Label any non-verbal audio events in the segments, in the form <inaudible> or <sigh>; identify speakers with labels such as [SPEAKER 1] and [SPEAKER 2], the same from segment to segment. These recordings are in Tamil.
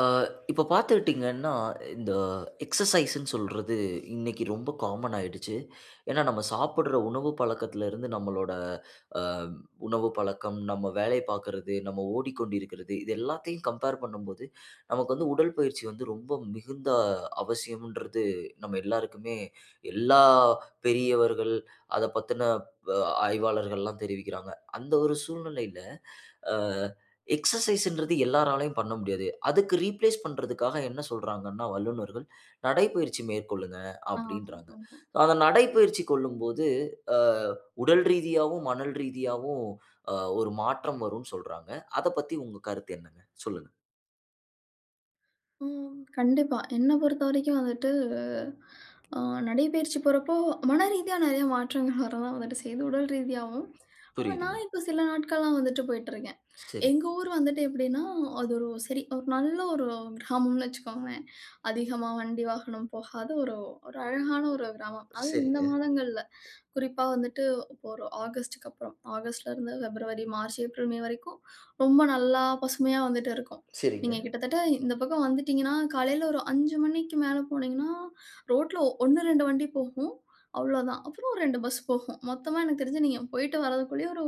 [SPEAKER 1] அ இப்ப பார்த்துக்கிட்டிங்கன்னா, இந்த எக்ஸர்சைஸ்ன்னு சொல்றது இன்னைக்கு ரொம்ப காமன் ஆயிடுச்சு. ஏன்னா, நம்ம சாப்பிடுற உணவு பழக்கத்திலருந்து நம்மளோட அ உணவு பழக்கம், நம்ம வேலை பார்க்கறது, நம்ம ஓடிக்கொண்டிருக்கிறது, இது எல்லாத்தையும் கம்பேர் பண்ணும்போது, நமக்கு வந்து உடல் பயிற்சி வந்து ரொம்ப மிகுந்த அவசியம்ன்றது நம்ம எல்லாருக்குமே எல்லா பெரியவர்கள், அத பத்தின அ ஆய்வாளர்கள்லாம் தெரிவிக்கிறாங்க. அந்த ஒரு சூழ்நிலையில அ எக்ஸர்சைஸ்ன்றது எல்லாராலயும் பண்ண முடியாது. அதுக்கு ரீப்ளேஸ் பண்றதுக்காக என்ன சொல்றாங்கன்னா வல்லுனர்கள், நடைப்பயிற்சி மேற்கொள்ளுங்க
[SPEAKER 2] ஆ,
[SPEAKER 1] அப்படின்றாங்க.
[SPEAKER 2] ஆமா.
[SPEAKER 1] அந்த நடைப்பயிற்சி கொள்ளும்போது, அ உடல் ரீதியாவும், மணல் ரீதியாவும் அ ஒரு மாற்றம் வரும்னு சொல்றாங்க. அத பத்தி உங்க கருத்து என்னங்க? சொல்லுங்க.
[SPEAKER 2] ம். கண்டிப்பா. என்ன பொறுத்தவரைக்கும் வந்துட்டு, அ நடைப்பயிற்சி போறப்போ, மன ரீதியா நெறைய மாற்றங்கள் வரதான் வந்துட்டு செய்யுது, உடல் ரீதியாவும். ஆனா,
[SPEAKER 1] புரியுதுங்க.
[SPEAKER 2] நான் இப்ப சில நாட்கள்லாம் வந்துட்டு போயிட்டுருக்கேன்.
[SPEAKER 1] சரி.
[SPEAKER 2] எங்க ஊர் வந்துட்டு எப்படின்னா, அது ஒரு சரி ஒரு நல்ல ஒரு கிராமம்னு வச்சுக்கோங்களேன். அதிகமா வண்டி வாகனம் போகாத ஒரு ஒரு அழகான ஒரு கிராமம். அதுவும் இந்த
[SPEAKER 1] சரிங்க.
[SPEAKER 2] மாதங்கள்ல. குறிப்பா வந்துட்டு இப்போ ஒரு ஆகஸ்ட்டுக்கு அப்புறம் ஆகஸ்ட்லேருந்து பிப்ரவரி, மார்ச், ஏப்ரல், மே வரைக்கும் ரொம்ப நல்லா பசுமையா வந்துட்டு இருக்கும்.
[SPEAKER 1] சரிங்க.
[SPEAKER 2] நீங்க கிட்டத்தட்ட இந்த பக்கம் வந்துட்டீங்கன்னா, காலையில ஒரு 5 மணிக்கு மேல போனீங்கன்னா, ரோட்ல 1, 2 வண்டி போகும். அவ்வளோதான். அப்புறம் 2 பஸ் போகும். மொத்தமா எனக்கு தெரிஞ்சு நீங்க போயிட்டு வரதுக்குள்ளேயே ஒரு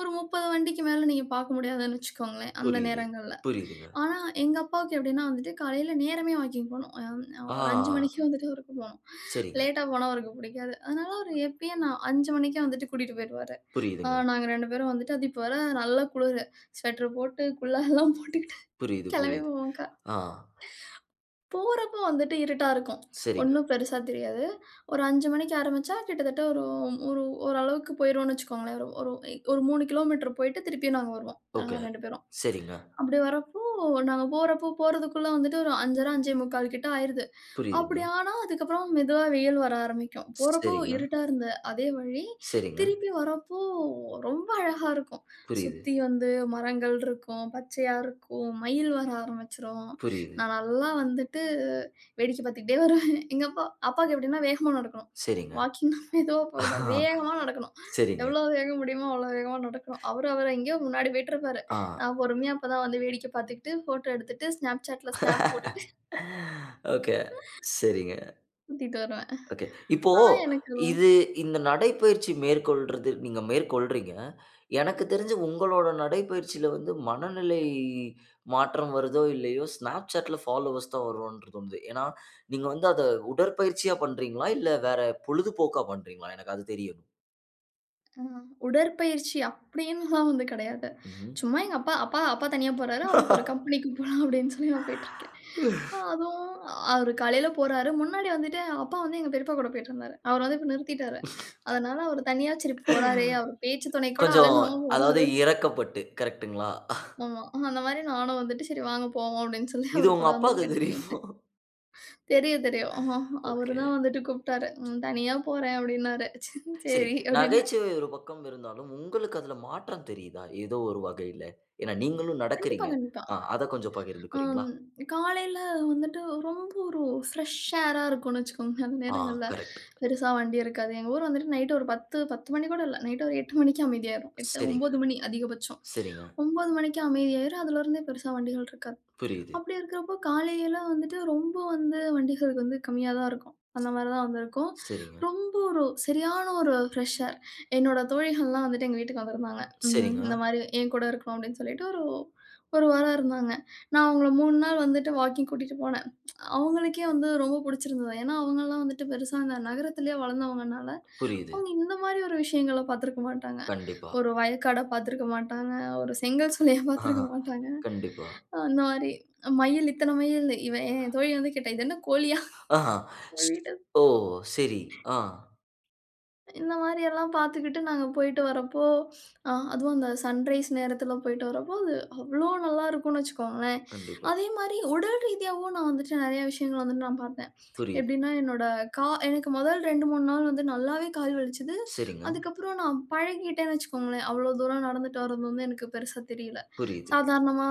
[SPEAKER 2] ஒரு 30 வண்டிக்கு மேல நீங்க பார்க்க முடியாதுன்னு வச்சுக்கோங்களேன், அந்த
[SPEAKER 1] புரியுது.
[SPEAKER 2] நேரங்கள்ல.
[SPEAKER 1] புரியுதுங்க.
[SPEAKER 2] ஆனா, எங்க அப்பாவுக்கு எப்படின்னா வந்துட்டு, காலையில நேரமே வாக்கிங் போணும். ஒரு 5 மணிக்கு
[SPEAKER 1] ஆ.
[SPEAKER 2] வந்துட்டு அவருக்கு போணும்.
[SPEAKER 1] சரிங்க.
[SPEAKER 2] லேட்டா போனா அவருக்கு பிடிக்காது. அதனால அவரு எப்பயும் நான் 5 மணிக்கே வந்துட்டு கூட்டிட்டு போயிருவாரு.
[SPEAKER 1] புரியுதுங்க.
[SPEAKER 2] நாங்க 2 பேரும் வந்துட்டு அது இப்ப வர நல்ல குளிரு. ஸ்வெட்டர் போட்டு, குல்லால்லாம் போட்டுக்கிட்டு
[SPEAKER 1] புரியுது,
[SPEAKER 2] <laughs> கிளம்பி
[SPEAKER 1] புரியுது.
[SPEAKER 2] போவோம்க்கா.
[SPEAKER 1] ஆ.
[SPEAKER 2] போறப்போ வந்துட்டு இருட்டா இருக்கும்.
[SPEAKER 1] சரிங்க.
[SPEAKER 2] ஒண்ணும் பெருசா தெரியாது. ஒரு 5 மணிக்கு ஆரம்பிச்சா கிட்டத்தட்ட ஒரு ஒரு ஓரளவுக்கு போயிருவோம்னு வச்சுக்கோங்களேன். ஒரு ஒரு ஒரு 3 கிலோமீட்டர் போயிட்டு திருப்பியும் நாங்க வருவோம்.
[SPEAKER 1] ஓகே.
[SPEAKER 2] 2 பேரும்.
[SPEAKER 1] சரிங்க.
[SPEAKER 2] அப்படி வரப்போ, நாங்க போறப்போ போறதுக்குள்ள வந்துட்டு ஒரு 5:30, 5:45 கிட்ட ஆயிருது. அப்படி
[SPEAKER 1] புரியுதுங்க.
[SPEAKER 2] ஆனா, அதுக்கப்புறம் மெதுவா வெயில் வர ஆரம்பிக்கும். போறப்போ
[SPEAKER 1] சரிங்க.
[SPEAKER 2] இருட்டா இருந்த அதே வழி,
[SPEAKER 1] சரிங்க.
[SPEAKER 2] திருப்பி வரப்போ ரொம்ப அழகா இருக்கும்.
[SPEAKER 1] புரியுது,
[SPEAKER 2] சுத்தி வந்து மரங்கள் இருக்கும், பச்சையா இருக்கும், மயில் வர ஆரம்பிச்சுரும்.
[SPEAKER 1] புரியுது.
[SPEAKER 2] நான் நல்லா வந்துட்டு வேடிக்கை பார்த்துக்கிட்டே வருவேன். எங்க அப்பாவுக்கு எப்படின்னா வேகமா நடக்கணும்.
[SPEAKER 1] சரிங்க.
[SPEAKER 2] வாக்கிங்னா மெதுவா போகக்கூடாது.
[SPEAKER 1] ஆ,
[SPEAKER 2] வேகமா நடக்கணும்.
[SPEAKER 1] சரிங்க.
[SPEAKER 2] எவ்வளோ வேகம் முடியுமோ அவ்வளோ வேகமா நடக்கணும். அவரு அவரு எங்கேயோ முன்னாடி போயிட்டுருப்பாரு.
[SPEAKER 1] ஆ.
[SPEAKER 2] நான் பொறுமையா அப்பதான் வந்து வேடிக்கை பார்த்துக்கிட்டு, ஃபோட்டோ எடுத்துட்டு, Snapchatல ஸ்னாப் போட்டுட்டு
[SPEAKER 1] ஓகே. சரிங்க.
[SPEAKER 2] சுத்திட்டு வருவேன்.
[SPEAKER 1] ஓகே. இப்போ
[SPEAKER 2] ஆனா எனக்கு ரொ
[SPEAKER 1] இது இந்த நடைப்பயிற்சி மேற்கொள்றது நீங்க மேற்கொள்றீங்க. எனக்கு தெரிஞ்சு உங்களோட நடைப்பயிற்சியில வந்து மனநிலை மாற்றம் வருதோ இல்லையோ, Snapchatல ஃபாலோவர்ஸ் தான் வரும்ன்னு தோணுது. ஏன்னா, நீங்க வந்து அத உடற்பயிற்சியா பண்றீங்களா? இல்ல வேற பொழுதுபோக்கா பண்றீங்களா? எனக்கு அது தெரியணும்.
[SPEAKER 2] ஆ உடற்பயிற்சி அப்படின்னுலாம் வந்து கிடையாது.
[SPEAKER 1] ம்ஹ்ம்.
[SPEAKER 2] சும்மா எங்க அப்பா அப்பா அப்பா தனியா போறாரு. அவருக்கு ஒரு கம்பெனிக்கு போலாம் அப்படின்னு சொல்லி நான் போயிட்டுருக்கேன்.
[SPEAKER 1] <laughs>
[SPEAKER 2] அதுவும் அவரு காலையில போறாரு. முன்னாடி வந்துட்டு அப்பா வந்து எங்க பெரியப்பா கூட போயிட்டுருந்தாரு. அவர் வந்து இப்ப நிறுத்திட்டாரு. அதனால அவர் தனியா சரி போறாரே, அவர் பேச்சு துணை கூட ஆள்
[SPEAKER 1] கொஞ்சம்
[SPEAKER 2] இல்லாம
[SPEAKER 1] அதாவது
[SPEAKER 2] போறாருன்னு சொ
[SPEAKER 1] இரக்கப்பட்டு. கரெக்ட்டுங்களா?
[SPEAKER 2] ஆமா. அந்த மாரி நானும் வந்துட்டு சரி வாங்க போவோம் அப்படின்னு சொல்லி
[SPEAKER 1] இது
[SPEAKER 2] அவரு
[SPEAKER 1] உங்க
[SPEAKER 2] கூட வந்து
[SPEAKER 1] அப்பாக்கு
[SPEAKER 2] போயிட்டுருக்கேன்.
[SPEAKER 1] தெரியுமா?
[SPEAKER 2] இப்ப தெரியும் தெரியும். ஆஹா, அவரு
[SPEAKER 1] ஓகே.
[SPEAKER 2] தான் வந்துட்டு கூப்பிட்டாரு. ம், தனியா போறேன் அப்படின்னாரு.
[SPEAKER 1] சரி.
[SPEAKER 2] சரி அப்படின்னேன்.
[SPEAKER 1] நகைச்சுவை ஒரு பக்கம் இருந்தாலும், உங்களுக்கு அதுல மாற்றம் தெரியுதா? ஏதோ ஒரு வகையில. ஏன்னா நீங்களும்
[SPEAKER 2] கண்டிப்பா,
[SPEAKER 1] நடக்கிறீங்க.
[SPEAKER 2] கண்டிப்பா.
[SPEAKER 1] ஆ அத கொஞ்சம்
[SPEAKER 2] ஆம்,
[SPEAKER 1] பகிர்ந்துக்கிறீங்களா?
[SPEAKER 2] காலையில வந்துட்டு ரொம்ப ஒரு ஃப்ரெஷ் ஏரா இருக்கும்னு வச்சுக்கோங்க. அந்த
[SPEAKER 1] ஆ
[SPEAKER 2] நேரங்கள்ல.
[SPEAKER 1] கரெக்ட்.
[SPEAKER 2] பெருசா வண்டி இருக்காது. எங்க ஊர் வந்துட்டு நைட் ஒரு 10 மணி கூட இல்ல. நைட் ஒரு 8 மணிக்கு அமைதியாயிரும். 8,
[SPEAKER 1] சரிங்க,
[SPEAKER 2] 9 மணி அதிகபட்சம்.
[SPEAKER 1] சரிங்க.
[SPEAKER 2] 9 மணிக்கு அமைதியாயிரும். அதுலருந்தே பெருசா வண்டிகள் இருக்காது.
[SPEAKER 1] புரியுது.
[SPEAKER 2] அப்படி இருக்கிறப்போ காலையில வந்துட்டு ரொம்ப வந்து வண்டிகளுக்கு வந்து கம்மியா தான் இருக்கும். அந்த மாரி தான் வந்திருக்கும்.
[SPEAKER 1] சரிங்க,
[SPEAKER 2] ரொம்ப ஒரு சரியான ஒரு ஃப்ரெஷ் ஏர். என்னோட தோழிகள்லாம் வந்துட்டு எங்க வீட்டுக்கு வந்திருந்தாங்க. ம்,
[SPEAKER 1] சரிங்க.
[SPEAKER 2] இந்த மாரி என் கூட இருக்கணும் அப்படின்னு சொல்லிட்டு ஒரு 1 வாரம் இருந்தாங்க. நான் அவங்கள 3 நாள் வந்துட்டு வாக்கிங் கூட்டிட்டு போனேன். அவங்களுக்கே வந்து ரொம்ப பிடிச்சிருந்தது. ஏன்னா அவங்கலாம் வந்துட்டு பெருசா இந்த நகரத்திலேயே வளர்ந்தவங்கனால,
[SPEAKER 1] புரியுது.
[SPEAKER 2] அவங்க இந்த மாரி ஒரு விஷயங்கள பார்த்துருக்க மாட்டாங்க.
[SPEAKER 1] கண்டிப்பா.
[SPEAKER 2] ஒரு வயக்காடா பார்த்துருக்க மாட்டாங்க. ஒரு செங்கல் சூளையா
[SPEAKER 1] ஆ
[SPEAKER 2] பார்த்துருக்க மாட்டாங்க.
[SPEAKER 1] கண்டிப்பா.
[SPEAKER 2] அந்த மாரி மயில் இத்தன மயில் இவ என் தோழி வந்து கேட்டா, "இது என்ன கோழியா?"
[SPEAKER 1] ஆஹா.
[SPEAKER 2] உங்க
[SPEAKER 1] ஸ்
[SPEAKER 2] வீட்ட
[SPEAKER 1] ஓ! சரி. ஆ.
[SPEAKER 2] இந்த மாரி எல்லாம் பார்த்துக்கிட்டு நாங்க போயிட்டு வரப்போ, அதுவும் அந்த சன்ரைஸ் நேரத்தில போயிட்டு வரப்போ, அது அவ்ளோ நல்லாருக்கும்னு வச்சுக்கோங்களேன்.
[SPEAKER 1] கண்டிப்பா.
[SPEAKER 2] அதே மாரி உடல் ரீதியாவும் நான் வந்துட்டு நெறைய விஷயங்கள் வந்துட்டு நான் பார்த்தேன்.
[SPEAKER 1] புரியுது.
[SPEAKER 2] எப்படின்னா, என்னோட கா எனக்கு முதல் 2, 3 நாள் வந்து நல்லாவே கால் வலிச்சது.
[SPEAKER 1] சரிங்க.
[SPEAKER 2] அதுக்கப்புறம் நான் பழகிட்டேன்னு வச்சுக்கோங்களேன். அவ்ளோ தூரம் நடந்துட்டு வர்றது வந்து எனக்கு பெருசா தெரியல.
[SPEAKER 1] புரியுது,
[SPEAKER 2] சாதாரணமா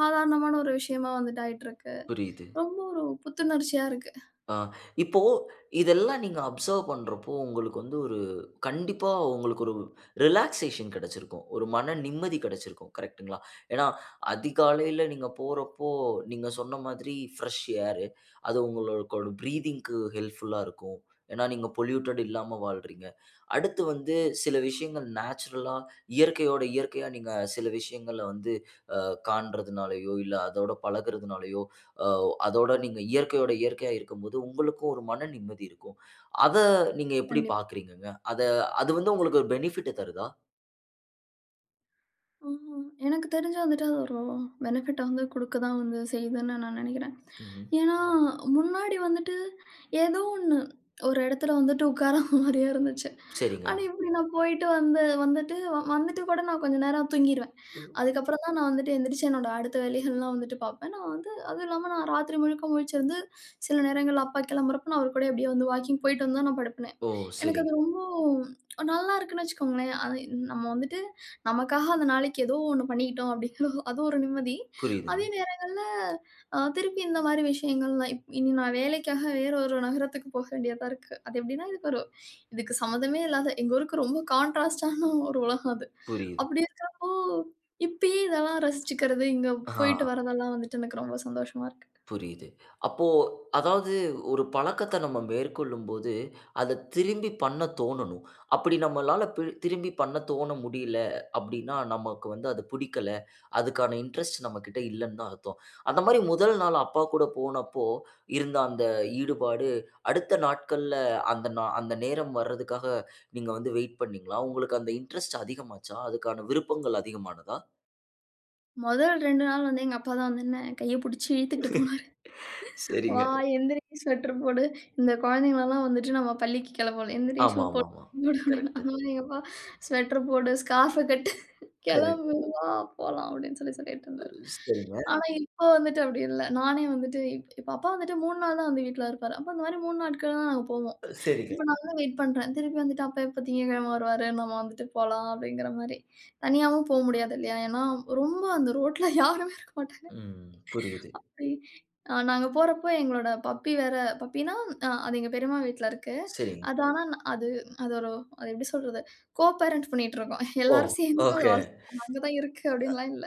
[SPEAKER 2] சாதாரணமான ஒரு விஷயமா வந்துட்டு ஆயிட்டுருக்கு.
[SPEAKER 1] புரியுது.
[SPEAKER 2] ரொம்ப ஒரு புத்துணர்ச்சியா இருக்கு.
[SPEAKER 1] ஆ. இப்போ இதெல்லாம் நீங்க அப்சர்வ் பண்றப்போ, உங்களுக்கு வந்து ஒரு கண்டிப்பா உங்களுக்கு ஒரு ரிலாக்சேஷன் கிடைச்சிருக்கும். ஒரு மன நிம்மதி கிடைச்சிருக்கும். கரெக்ட்டுங்களா? ஏன்னா, அதிகாலையில நீங்க போறப்போ, நீங்க சொன்ன மாதிரி ஃப்ரெஷ் ஏர் அது உங்களோட பிரீதிங்க்கு ஹெல்ப்ஃபுல்லா இருக்கும். ஏன்னா, நீங்க பொல்யூட்டட் இல்லாம வாழ்றீங்க. அடுத்து வந்து சில விஷயங்கள் நேச்சுரலா இயற்கையோட இயற்கையா நீங்க சில விஷயங்கள வந்து அ காண்றதுனாலயோ, இல்ல அதோட பழகுறதுனாலயோ, அ அதோட நீங்க இயற்கையோட இயற்கையா இருக்கும்போது, உங்களுக்கும் ஒரு மன நிம்மதி இருக்கும். அத நீங்க எப்படி
[SPEAKER 2] கண்டிப்பா.
[SPEAKER 1] பார்க்குறீங்கங்க? அத அது வந்து உங்களுக்கு ஒரு பெனிஃபிட்ட தருதா?
[SPEAKER 2] ம்ஹ்ம். எனக்கு தெரிஞ்சு வந்துட்டு அது ஒரு பெனிஃபிட்ட வந்து குடுக்க தான் வந்து செய்யுதுன்னு நான் நெனைக்கிறேன்.
[SPEAKER 1] ம்ஹ்ம்.
[SPEAKER 2] ஏன்னா, முன்னாடி வந்துட்டு ஏதோ ஒண்ணு ஒரு இடத்துல வந்துட்டு உட்காராத மாரியே <laughs> இருந்துச்சு.
[SPEAKER 1] சரிங்க.
[SPEAKER 2] ஆனா, இப்படி நான் போயிட்டு வந்து வந்துட்டு வந்துட்டு கூட நான் கொஞ்ச நேரம் தூங்கிருவேன். அதுக்கப்புறம் தான் நான் வந்துட்டு எந்திரிச்சு என்னோட அடுத்த வேலைகள்லாம் வந்துட்டு பார்ப்பேன். நான் வந்து அதுவும் இல்லாம நான் ராத்திரி முழுக்க முழிச்சிருந்து சில நேரங்கள்ல அப்பா கிளம்புறப்ப நான் அவர் கூடயே அப்படியே வந்து வாக்கிங் போயிட்டு வந்து தான் நான் படுப்பேனே.
[SPEAKER 1] ஓ!
[SPEAKER 2] எனக்கு
[SPEAKER 1] சரிங்க.
[SPEAKER 2] அது ரொம்ப நல்லா இருக்குன்னு வச்சுக்கோங்களேன். அது நம்ம வந்துட்டு நமக்காக அந்த நாளைக்கு ஏதோ ஒண்ணு பண்ணிக்கிட்டோம் அப்படிங்கிற <laughs> அது ஒரு நிம்மதி.
[SPEAKER 1] புரியுதுங்க.
[SPEAKER 2] அதே நேரங்கள்ல திருப்பி இந்த மாரி விஷயங்கள்லாம் இனி நான் வேலைக்காக வேற ஒரு நகரத்துக்கு போக வேண்டியதா இருக்கு. அது எப்படின்னா இதுக்கு சம்மந்தமே இல்லாத எங்க ஊருக்கு ரொம்ப கான்ட்ராஸ்ட்டான ஒரு உலகம் அது.
[SPEAKER 1] புரியுது.
[SPEAKER 2] அப்படி இருக்கிறப்போ இப்பயே இதெல்லாம் ரசிச்சுக்கிறது, இங்க
[SPEAKER 1] ஆ.
[SPEAKER 2] போயிட்டு வரதெல்லாம் வந்துட்டு எனக்கு ரொம்ப சந்தோஷமா இருக்கு.
[SPEAKER 1] புரியுது. அப்போ அதாவது ஒரு பழக்கத்த நம்ம மேற்கொள்ளும்போது, அத திரும்பி பண்ண தோணணும். அப்படி நம்மளால திரும்பி பண்ண தோண முடியல அப்படின்னா, நமக்கு வந்து அது பிடிக்கல. அதுக்கான இன்ட்ரெஸ்ட் நம்மகிட்ட இல்லன்னு தான் அர்த்தம். அந்த மாரி முதல் நாள் அப்பா கூட போனப்போ, இருந்த அந்த ஈடுபாடு அடுத்த நாட்கள்ல அந்த நேரம் வர்றதுக்காக நீங்க வந்து வெயிட் பண்ணீங்களா? உங்களுக்கு அந்த இன்ட்ரெஸ்ட் அதிகமாச்சா? அதுக்கான விருப்பங்கள் அதிகமானதா?
[SPEAKER 2] முதல் 2 நாள் வந்து எங்க அப்பா தான் வந்து என்ன கைய புடிச்சு இழுத்துக்கிட்டு போனாரு. வா!
[SPEAKER 1] சரிங்க.
[SPEAKER 2] எந்திரி ஸ்வெட்டர் போடு. இந்த குழந்தைங்களலாம் வந்துட்டு நம்ம பள்ளிக்கு கிளம்பணும். எந்திரி ஷூ
[SPEAKER 1] ஆமா, ஆமா,
[SPEAKER 2] போடு
[SPEAKER 1] ஆமா.
[SPEAKER 2] போடு அப்படின்னு.
[SPEAKER 1] கரெக்ட்டு.
[SPEAKER 2] அந்த மாரி எங்கப்பா ஸ்வெட்டர் போடு, ஸ்கார்ஃப கட்டு,
[SPEAKER 1] கரெக்ட்.
[SPEAKER 2] கிளம்பு வா போலாம் அப்படின்னு சொல்லி சொல்லிட்டு இருந்தாரு.
[SPEAKER 1] சரிங்க.
[SPEAKER 2] ஆனா இப்போ வந்துட்டு அப்படி இல்ல. நானே வந்துட்டு இப்ப அப்பா வந்துட்டு 3 நாள் தான் வந்து வீட்ல இருப்பாரு. அப்ப அந்த மாரி 3 நாட்கள் தான் நாங்க போவோம்.
[SPEAKER 1] சரிங்க.
[SPEAKER 2] இப்ப நான் வந்து வெயிட் பண்றேன். திருப்பி வந்துட்டு அப்பா எப்ப திங்கட்கிழமை வருவாரு, நம்ம வந்துட்டு போலாம் அப்படிங்கிற மாரி. தனியாவும் போ முடியாது இல்லையா? ஏன்னா ரொம்ப அந்த ரோட்ல யாருமே இருக்க மாட்டாங்க.
[SPEAKER 1] ம். புரியுது.
[SPEAKER 2] அப்படி நாங்க போறப்போ எங்களோட பப்பி வேற பப்பின்னா, அது எங்க பெரியம்மா வீட்ல இருக்கு.
[SPEAKER 1] சரிங்க.
[SPEAKER 2] அது ஆனா அது அது ஒரு அது எப்படி சொல்றது? கோ பேரண்ட் பண்ணிட்டுருக்கோம்.
[SPEAKER 1] ஓ!
[SPEAKER 2] எல்லாரும் சேர்ந்து அத
[SPEAKER 1] ஓகே.
[SPEAKER 2] வளர்த்துருக்கோம். அங்க தான் இருக்கு அப்படின்லாம் இல்ல.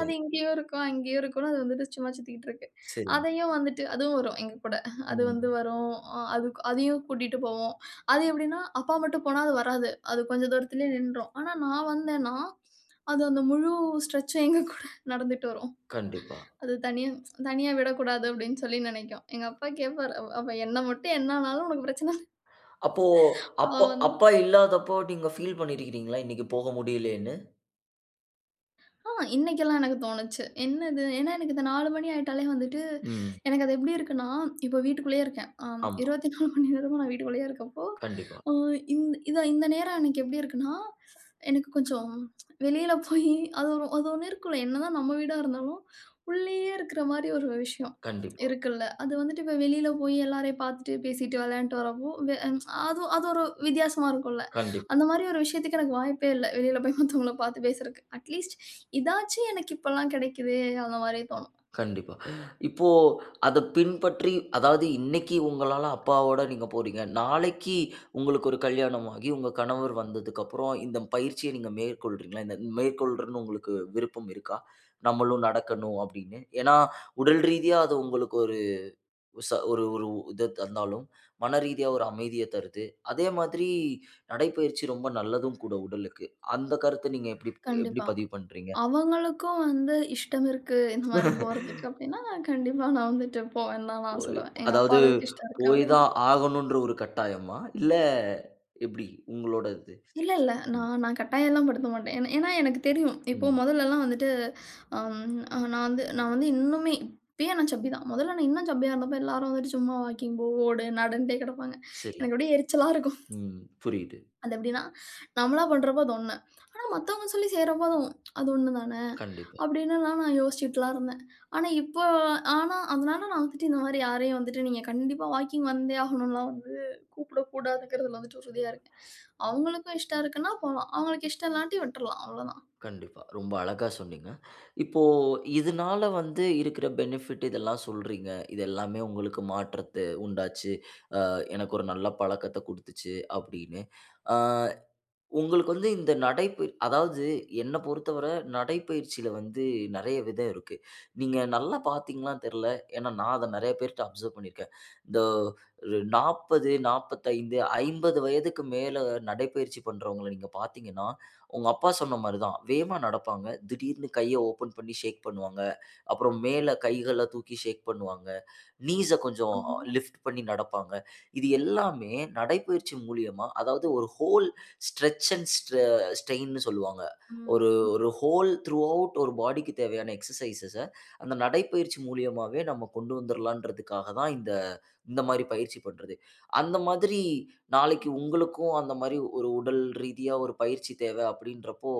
[SPEAKER 2] அது இங்கேயும் இருக்கும், அங்கேயும் இருக்கும்னு அது வந்துட்டு சும்மா சுத்திக்கிட்டு இருக்கு.
[SPEAKER 1] சரிங்க.
[SPEAKER 2] அதையும் வந்துட்டு அதுவும் வரும் எங்க கூட. அது வந்து
[SPEAKER 1] ம்.
[SPEAKER 2] வரும். அது அதையும் கூட்டிட்டு போவோம். அது எப்படின்னா, அப்பா மட்டும் போனா அது வராது. அது கொஞ்சம் தூரத்திலேயே நின்றும். ஆனா நான் வந்தேன்னா, அது அந்த முழு ஸ்ட்ரெச்சும் எங்க கூட நடந்துட்டு வரும்.
[SPEAKER 1] கண்டிப்பா.
[SPEAKER 2] அது தனியா தனியா விடக்கூடாது அப்படின்னு சொல்லி நினைக்கும். எங்க அப்பா கேட்பாரு, "அவ அவ என்ன மட்டும் என்ன ஆனாலும் உனக்கு பிரச்சனை இல்ல.
[SPEAKER 1] அப்போ
[SPEAKER 2] அவ
[SPEAKER 1] அப்பா
[SPEAKER 2] வந்து
[SPEAKER 1] அப்பா இல்லாதப்போ நீங்க ஃபீல் பண்ணியிருக்கிறீங்களா? இன்னைக்கு போக முடியலையேன்னு?
[SPEAKER 2] ஆ இன்னைக்கெல்லாம் எனக்கு தோணுச்சு. என்னது ஏன்னா எனக்கு இந்த 4 மணி ஆயிட்டாலே வந்துட்டு,
[SPEAKER 1] ம்.
[SPEAKER 2] எனக்கு அது எப்படி இருக்குன்னா, இப்போ வீட்டுக்குள்ளேயே இருக்கேன். ஆம்
[SPEAKER 1] ஆமா.
[SPEAKER 2] 24 மணி நேரமும் நான் வீட்டுக்குள்ளேயே இருக்கப்போ,
[SPEAKER 1] கண்டிப்பா,
[SPEAKER 2] அ இந்த நேரம் எனக்கு எப்படி இருக்குன்னா, எனக்கு கொஞ்சம் வெளியில போய் அது ஒண்ணு இருக்குல்ல. என்னதான் நம்ம வீடா இருந்தாலும், உள்ளேயே இருக்கிற மாரி ஒரு விஷயம்
[SPEAKER 1] கண்டிப்பா,
[SPEAKER 2] இருக்குல்ல. அது வந்துட்டு இப்போ வெளியில போய் எல்லாரையும் பார்த்துட்டு, பேசிட்டு, விளையாண்ட்டு வரப்போ, அது அது ஒரு வித்தியாசமா இருக்கும்ல.
[SPEAKER 1] கண்டிப்பா.
[SPEAKER 2] அந்த மாரி ஒரு விஷயத்துக்கு எனக்கு வாய்ப்பே இல்ல. வெளியில போய் மத்தவங்கள பார்த்து பேசுறக்கு. அட்லீஸ்ட் இதாச்சும் எனக்கு இப்பல்லாம் கிடைக்குதே! அந்த மாரி தோணும்.
[SPEAKER 1] கண்டிப்பா. இப்போ அத பின்பற்றி அதாவது இன்னைக்கு உங்களால அப்பாவோட நீங்க போறீங்க. நாளைக்கு உங்களுக்கு ஒரு கல்யாணம் ஆகி உங்க கணவர் வந்ததுக்கப்புறம் இந்த பயிற்சிய நீங்க மேற்கொள்றீங்களா? இந்த மேற்கொள்றன்னு உங்களுக்கு விருப்பம் இருக்கா? நம்மளும் நடக்கணும் அப்படின்னு. ஏன்னா, உடல் ரீதியா அது உங்களுக்கு ஒரு ஒரு ஒரு இத தந்தாலும், மன ரீதியா ஒரு அமைதிய தருது. அதே மாதிரி நடைப்பயிற்சி ரொம்ப நல்லதும் கூட உடலுக்கு. அந்த கருத்த நீங்க எப்படி எப்படி
[SPEAKER 2] கண்டிப்பா.
[SPEAKER 1] பதிவு பண்றீங்க?
[SPEAKER 2] அவங்களுக்கும் வந்து இஷ்டம் இருக்கு, இந்த மாரி போறதுக்கு அப்டின்னா, கண்டிப்பா நான் வந்துட்டு போவேன்னு தான் நான்
[SPEAKER 1] போய்
[SPEAKER 2] சொல்லுவேன். எங்க அப்பா
[SPEAKER 1] அதாவது
[SPEAKER 2] அளவுக்கு இஷ்டம் இருக்கு
[SPEAKER 1] போய்
[SPEAKER 2] அப்டின்னா.
[SPEAKER 1] தான் ஆகணுன்ற ஒரு கட்டாயமா? இல்ல எப்டி உங்களோட இது?
[SPEAKER 2] இல்ல, இல்ல.
[SPEAKER 1] ம்,
[SPEAKER 2] நான் நான் கட்டாயம்லாம் படுத்த மாட்டேன். ஏன்னா ஏன்னா எனக்கு தெரியும். இப்போ
[SPEAKER 1] ம்.
[SPEAKER 2] முதல்லலாம் வந்துட்டு அம் அ நான் வந்து இன்னுமே இப்பயே நான் சப்பி தான். முதல்ல நான் இன்னும் சப்பியா இருந்தப்ப எல்லாரும் வந்துட்டு சும்மா வாக்கிங் போ, ஓடு, நடன்ட்டே கிடப்பாங்க.
[SPEAKER 1] சரி.
[SPEAKER 2] எனக்கு அப்டியே எரிச்சலா இருக்கும்.
[SPEAKER 1] ம். புரியுது.
[SPEAKER 2] அது எப்படின்னா, நம்மளா பண்றப்போ அது ஒண்ணு. ஆனா மத்தவங்க சொல்லி செய்றப்போ அது ஒண்ணு தானே!
[SPEAKER 1] கண்டிப்பா,
[SPEAKER 2] அப்படின்னுலாம் நான் யோசிச்சுட்டுலாம் இருந்தேன். ஆனா இப்போ ஆனா அதனால நான் வந்துட்டு இந்த மாரி யாரையும் வந்துட்டு நீங்க கண்டிப்பா வாக்கிங் வந்தே ஆகணும்லாம் வந்து கூப்பிடக்கூடாதுங்கிறதுல வந்துட்டு உறுதியா இருக்கேன். அவங்களுக்கும் இஷ்டம் இருக்குன்னா போலாம். அவங்களுக்கு இஷ்டம் இல்லாட்டி விட்டுறலாம். அவ்வளோதான்.
[SPEAKER 1] கண்டிப்பா. ரொம்ப அழகா சொன்னீங்க. இப்போ இதனால வந்து இருக்கிற பெனிஃபிட் இதெல்லாம் சொல்றீங்க. இது எல்லாமே உங்களுக்கு மாற்றத்த உண்டாச்சு. அ எனக்கு ஒரு நல்ல பழக்கத்த குடுத்துச்சு அப்டின்னு. ஆ உங்களுக்கு வந்து இந்த நடைப்பயி அதாவது என்ன பொறுத்தவர நடைப்பயிற்சியில வந்து நெறைய விதம் இருக்கு. நீங்க நல்லா பார்த்தீங்களான்னு தெரியல. ஏன்னா நான் அத நெறைய பேர்ட்ட அப்சர்வ் பண்ணியிருக்கேன். இந்த ஒரு 40, 45, 50 வயதுக்கு மேல நடைப்பயிற்சி பண்றவங்கள நீங்க பார்த்தீங்கன்னா, உங்க அப்பா சொன்ன மாரி தான். வேகமா நடப்பாங்க. திடீர்னு கைய ஓப்பன் பண்ணி ஷேக் பண்ணுவாங்க. அப்புறம் மேல கைகள தூக்கி ஷேக் பண்ணுவாங்க. நீஸ கொஞ்சம் லிஃப்ட் பண்ணி நடப்பாங்க. இது எல்லாமே நடைப்பயிற்சி மூலியமா அதாவது ஒரு ஹோல் ஸ்ட்ரெச் அண்ட் ஸ்ட்ர ஸ்ட்ரெயின்னு சொல்லுவாங்க. ஒரு
[SPEAKER 2] ம்.
[SPEAKER 1] ஒரு ஹோல் த்ரூ அவுட் ஒரு பாடிக்கு தேவையான எக்ஸர்சைஸஸ அந்த நடைப்பயிற்சி மூலியமாவே நம்ம கொண்டு வந்துரலான்றதுக்காக தான் இந்த இந்த மாரி பயிற்சி பண்றது. அந்த மாதிரி நாளைக்கு உங்களுக்கும் அந்த மாரி ஒரு உடல் ரீதியா ஒரு பயிற்சி தேவ அப்படின்றப்போ,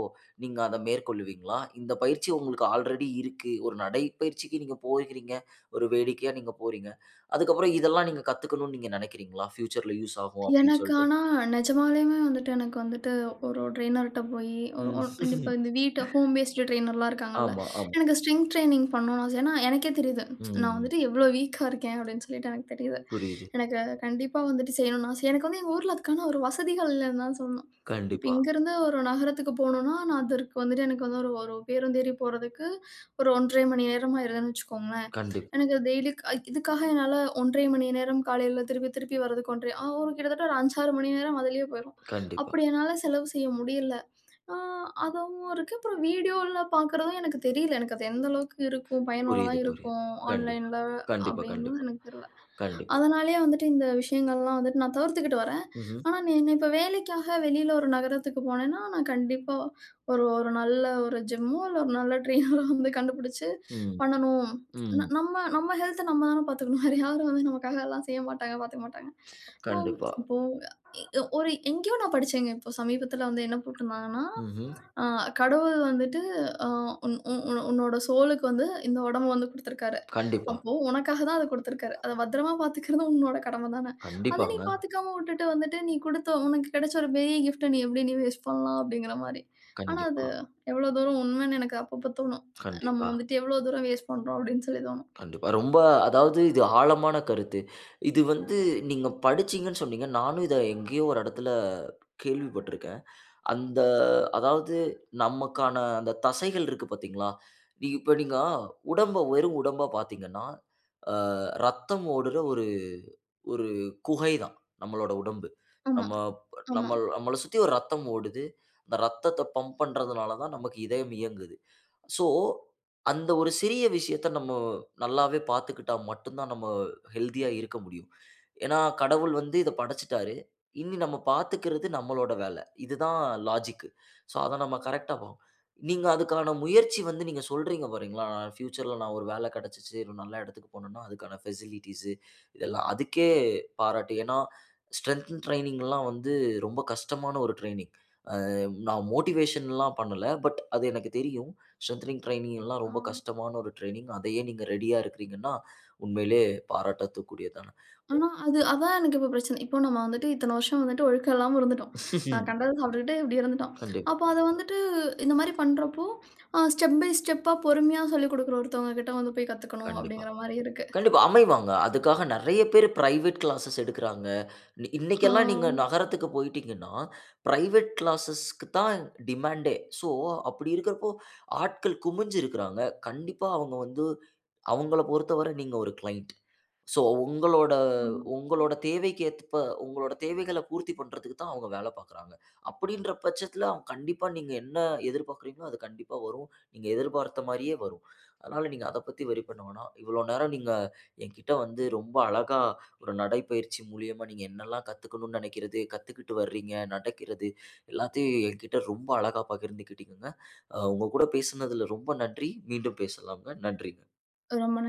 [SPEAKER 1] நீங்க அத மேற்கொள்ளுவீங்களா? இந்த பயிற்சி உங்களுக்கு ஆல்ரெடி இருக்கு. ஒரு நடைப்பயிற்சிக்கு நீங்க போகிறீங்க. ஒரு வேடிக்கையா நீங்க போறீங்க. அதுக்கப்புறம் இதெல்லாம் நீங்க கத்துக்கணும்னு நீங்க நெனைக்கிறீங்களா? ஃப்யூச்சர்ல யூஸ் ஆகும் அப்படின்னு
[SPEAKER 2] எனக்கு
[SPEAKER 1] சொல்ட்டு.
[SPEAKER 2] ஆனா நிஜமாலேயுமே வந்துட்டு எனக்கு வந்துட்டு ஒரு ட்ரெய்னர்ட்ட போயி, ஒரு
[SPEAKER 1] ம்.
[SPEAKER 2] ஒ இப்போ
[SPEAKER 1] <laughs>
[SPEAKER 2] இந்த வீட்டு ஹோம் பேஸ்டு ட்ரெய்னர்லாம் இருக்காங்கல்ல.
[SPEAKER 1] ஆமா, ஆமா.
[SPEAKER 2] எனக்கு ஸ்ட்ரெங்த் ட்ரெய்னிங் பண்ணணும்னு ஆசை. ஏன்னா, எனக்கே தெரியுது. நான்
[SPEAKER 1] ம்.
[SPEAKER 2] வந்துட்டு எவ்ளோ வீக்கா இருக்கேன் அப்படின்னு சொல்லிட்டு எனக்கு தெரியுது.
[SPEAKER 1] புரியுது.
[SPEAKER 2] எனக்கு கண்டிப்பா வந்துட்டு செய்யணும்னு ஆசை. எனக்கு வந்து எங்க ஊர்ல அதுக்கான ஒரு வசதிகள் இல்லன்னு தான் சொல்லணும். இப்ப
[SPEAKER 1] கண்டிப்பா,
[SPEAKER 2] இங்கேருந்து ஒரு நகரத்துக்கு போணும்னா, நான் அதற்கு வந்துட்டு எனக்கு வந்து ஒரு ஒரு பேருந்தேறி போறதுக்கு ஒரு 1 1/2 மணி நேரம் ஆயிருதுன்னு வச்சுக்கோங்களேன்.
[SPEAKER 1] கண்டிப்பா,
[SPEAKER 2] எனக்கு டெய்லி க் இதுக்காக என்னால 1 1/2 மணி நேரம் காலையில திருப்பி திருப்பி வர்றதுக்கு 1 1/2 ஆ ஒரு கிட்டத்தட்ட ஒரு 5, 6 மணி நேரம் அதிலயே போயிரும்.
[SPEAKER 1] கண்டிப்பா.
[SPEAKER 2] அப்படி என்னால செலவு செய்ய முடியல. ஆ அதுவும் இருக்கு. அப்புறம் வீடியோல பார்க்குறதும் எனக்கு தெரியல. எனக்கு அது எந்த அளவுக்கு இருக்கும், பயனுள்ளதா
[SPEAKER 1] புரியுது, புரியுது.
[SPEAKER 2] இருக்கும்
[SPEAKER 1] கண்டிப்பா,
[SPEAKER 2] ஆன்லைன்ல
[SPEAKER 1] கண்டிப்பா,
[SPEAKER 2] அப்படிங்கிறது
[SPEAKER 1] கண்டிப்பா,
[SPEAKER 2] எனக்கு தெரியல.
[SPEAKER 1] கண்டிப்பா.
[SPEAKER 2] அதனாலேயே வந்துட்டு இந்த விஷயங்கள்லாம் வந்துட்டு நான் தவிர்த்துக்கிட்டு வரேன்.
[SPEAKER 1] ம்ஹ்ம்.
[SPEAKER 2] ஆனா நீ என்ன இப்ப வேலைக்காக வெளியில ஒரு நகரத்துக்கு போனேன்னா, நான் கண்டிப்பா ஒரு ஒரு நல்ல ஒரு ஜிம்மோ, இல்ல ஒரு நல்ல ட்ரெய்னரோ வந்து கண்டுபிடிச்சு
[SPEAKER 1] ம்,
[SPEAKER 2] பண்ணணும்.
[SPEAKER 1] ம்.
[SPEAKER 2] நம்ம நம்ம ஹெல்த்த நம்ம தான பார்த்துக்கணும். வேற யாரும் வந்து நமக்காக எல்லாம் செய்ய மாட்டாங்க, பார்த்துக்க மாட்டாங்க. இப்போ
[SPEAKER 1] கண்டிப்பா.
[SPEAKER 2] இப்போ ஒரு எங்கேயோ நான் படிச்சேங்க. இப்போ சமீபத்தில வந்து என்ன போட்டிருந்தாங்கன்னா,
[SPEAKER 1] ம்ஹ்ம்.
[SPEAKER 2] அ கடவுள் வந்துட்டு அ உன் உன் உன்- உன்னோட சோலுக்கு வந்து இந்த உடம்பு வந்து குடுத்துருக்காரு.
[SPEAKER 1] கண்டிப்பா,
[SPEAKER 2] அப்போ உனக்காக தான் அத குடுத்துருக்காரு. அத பத்திரமா பாத்துக்கிறது உன்னோட கடமை தான. அத நீ
[SPEAKER 1] கண்டிப்பாங்க.
[SPEAKER 2] பாத்துக்காம விட்டுட்டு வந்துட்டு, நீ குடுத்த உனக்கு கிடைச்ச ஒரு பெரிய கிஃப்ட்ட நீ எப்படி நீ வேஸ்ட் பண்ணலாம்? அப்படிங்கிற மாரி. ஆனா அது
[SPEAKER 1] கண்டிப்பா,
[SPEAKER 2] எவ்வளோ தூரம் உண்மைன்னு எனக்கு அப்பப்ப தோணும். நம்ம
[SPEAKER 1] கண்டிப்பா,
[SPEAKER 2] வந்துட்டு எவ்வளோ தூரம் வேஸ்ட் பண்றோம் அப்படின்னு சொல்லி தோணும்.
[SPEAKER 1] கண்டிப்பா. ரொம்ப அதாவது இது ஆழமான கருத்து. இது வந்து நீங்க படிச்சீங்கன்னு சொன்னீங்க. நானும் இத எங்கேயோ ஒரு இடத்துல கேள்விப்பட்டுருக்கேன். அந்த அதாவது நமக்கான அந்த தசைகள் இருக்கு பார்த்தீங்களா? நீங்க உடம்ப வெறும் உடம்பா பார்த்தீங்கன்னா, அ ரத்தம் ஓடுற ஒரு ஒரு குகை தான் நம்மளோட உடம்பு.
[SPEAKER 2] ஆமா.
[SPEAKER 1] நம்ம
[SPEAKER 2] ஆமா.
[SPEAKER 1] நம்ம நம்மள சுத்தி ஒரு ரத்தம் ஓடுது. அந்த ரத்தத்த பம்ப் பண்றதுனால தான் நமக்கு இதயம் இயங்குது. ஸோ, அந்த ஒரு சிறிய விஷயத்த நம்ம நல்லாவே பார்த்துக்கிட்டா மட்டும் தான் நம்ம ஹெல்தியா இருக்க முடியும். ஏன்னா, கடவுள் வந்து இத படைச்சுட்டாரு. இனி நம்ம பார்த்துக்கிறது நம்மளோட வேல. இதுதான் லாஜிக். ஸோ, அத நம்ம கரெக்ட்டா பார்க்கணும். நீங்க அதுக்கான முயற்சி வந்து நீங்க சொல்றீங்க பாருங்களா, ஃபியூச்சர்ல நான் ஒரு வேல கிடைச்சுச்சு, ஒரு நல்ல இடத்துக்கு போனேன்னா, அதுக்கான ஃபெசிலிட்டீஸு இதெல்லாம் அதுக்கே பாராட்டு. ஏன்னா, ஸ்ட்ரென்த் ட்ரெய்னிங்லாம் வந்து ரொம்ப கஷ்டமான ஒரு ட்ரெய்னிங். நான் மோட்டிவேஷன்லாம் பண்ணல. பட் அது எனக்கு தெரியும். ஸ்ட்ரெங்தனிங் ட்ரெய்னிங் எல்லாம்
[SPEAKER 2] ஆ.
[SPEAKER 1] ரொம்ப கஷ்டமான ஒரு ட்ரெய்னிங். அதையே நீங்க ரெடியா இருக்கிறீங்கன்னா, உண்மையிலேயே பாராட்டத்துக்குரியதான
[SPEAKER 2] ஆனா அது அதான் எனக்கு இப்ப பிரச்சனை. இப்போ நம்ம வந்துட்டு இத்தன வருஷம் வந்துட்டு ஒழுக்கம் இல்லாம இருந்துட்டோம். நான்
[SPEAKER 1] <laughs>
[SPEAKER 2] கண்டத சாப்பிட்டுக்கிட்டு இப்படி இருந்துட்டோம்.
[SPEAKER 1] கண்டிப்பா,
[SPEAKER 2] அப்போ அத வந்துட்டு இந்த மாரி பண்றப்போ, ஸ்டெப் பை ஸ்டெப்பா பொறுமையா சொல்லிக் குடுக்குற ஒருத்தவங்க கிட்ட வந்து போய் கத்துக்கணும்
[SPEAKER 1] கண்டிப்பா.
[SPEAKER 2] அப்படிங்கிற மாரி இருக்கு.
[SPEAKER 1] கண்டிப்பா அமைவாங்க. அதுக்காக நெறைய பேரு பிரைவேட் கிளாஸஸ் எடுக்குறாங்க. இ
[SPEAKER 2] ஆ.
[SPEAKER 1] இன்னைக்கெல்லாம் நீங்க நகரத்துக்கு போயிட்டீங்கன்னா, பிரைவேட் கிளாஸஸ்க்கு தான் டிமாண்டே. ஸோ, அப்படி இருக்கிறப்போ ஆட்கள் குமிஞ்சு இருக்கிறாங்க. கண்டிப்பா அவங்க வந்து அவங்கள பொறுத்தவரை நீங்க ஒரு கிளையண்ட். ஸோ உங்களோட
[SPEAKER 2] ஆமா.
[SPEAKER 1] உங்களோட தேவைக்கு ஏற்ப உங்களோட தேவைகள பூர்த்தி பண்றதுக்கு தான் அவங்க வேல பாக்குறாங்க. அப்படின்ற பட்சத்தில அவங்க கண்டிப்பா நீங்க என்ன எதிர்பார்க்குறீங்களோ, அது கண்டிப்பா வரும். நீங்க எதிர்பார்த்த மாரியே வரும். அதனால நீங்க அத பத்தி வொரி பண்ண வேணாம். இவ்வளோ நேரம் நீங்க என்கிட்ட வந்து ரொம்ப அழகா ஒரு நடைப்பயிற்சி மூலியமா நீங்க என்னெல்லாம் கத்துக்கணும்னு நெனைக்கிறது, கத்துக்கிட்டு வர்றீங்க, நடக்கிறது எல்லாத்தையும் என்கிட்ட ரொம்ப அழகா பகிர்ந்துக்கிட்டீங்கங்க. அ உங்க கூட பேசுனதுல ரொம்ப நன்றி. மீண்டும் பேசலாம்ங்க. நன்றி.
[SPEAKER 2] ரொம்ப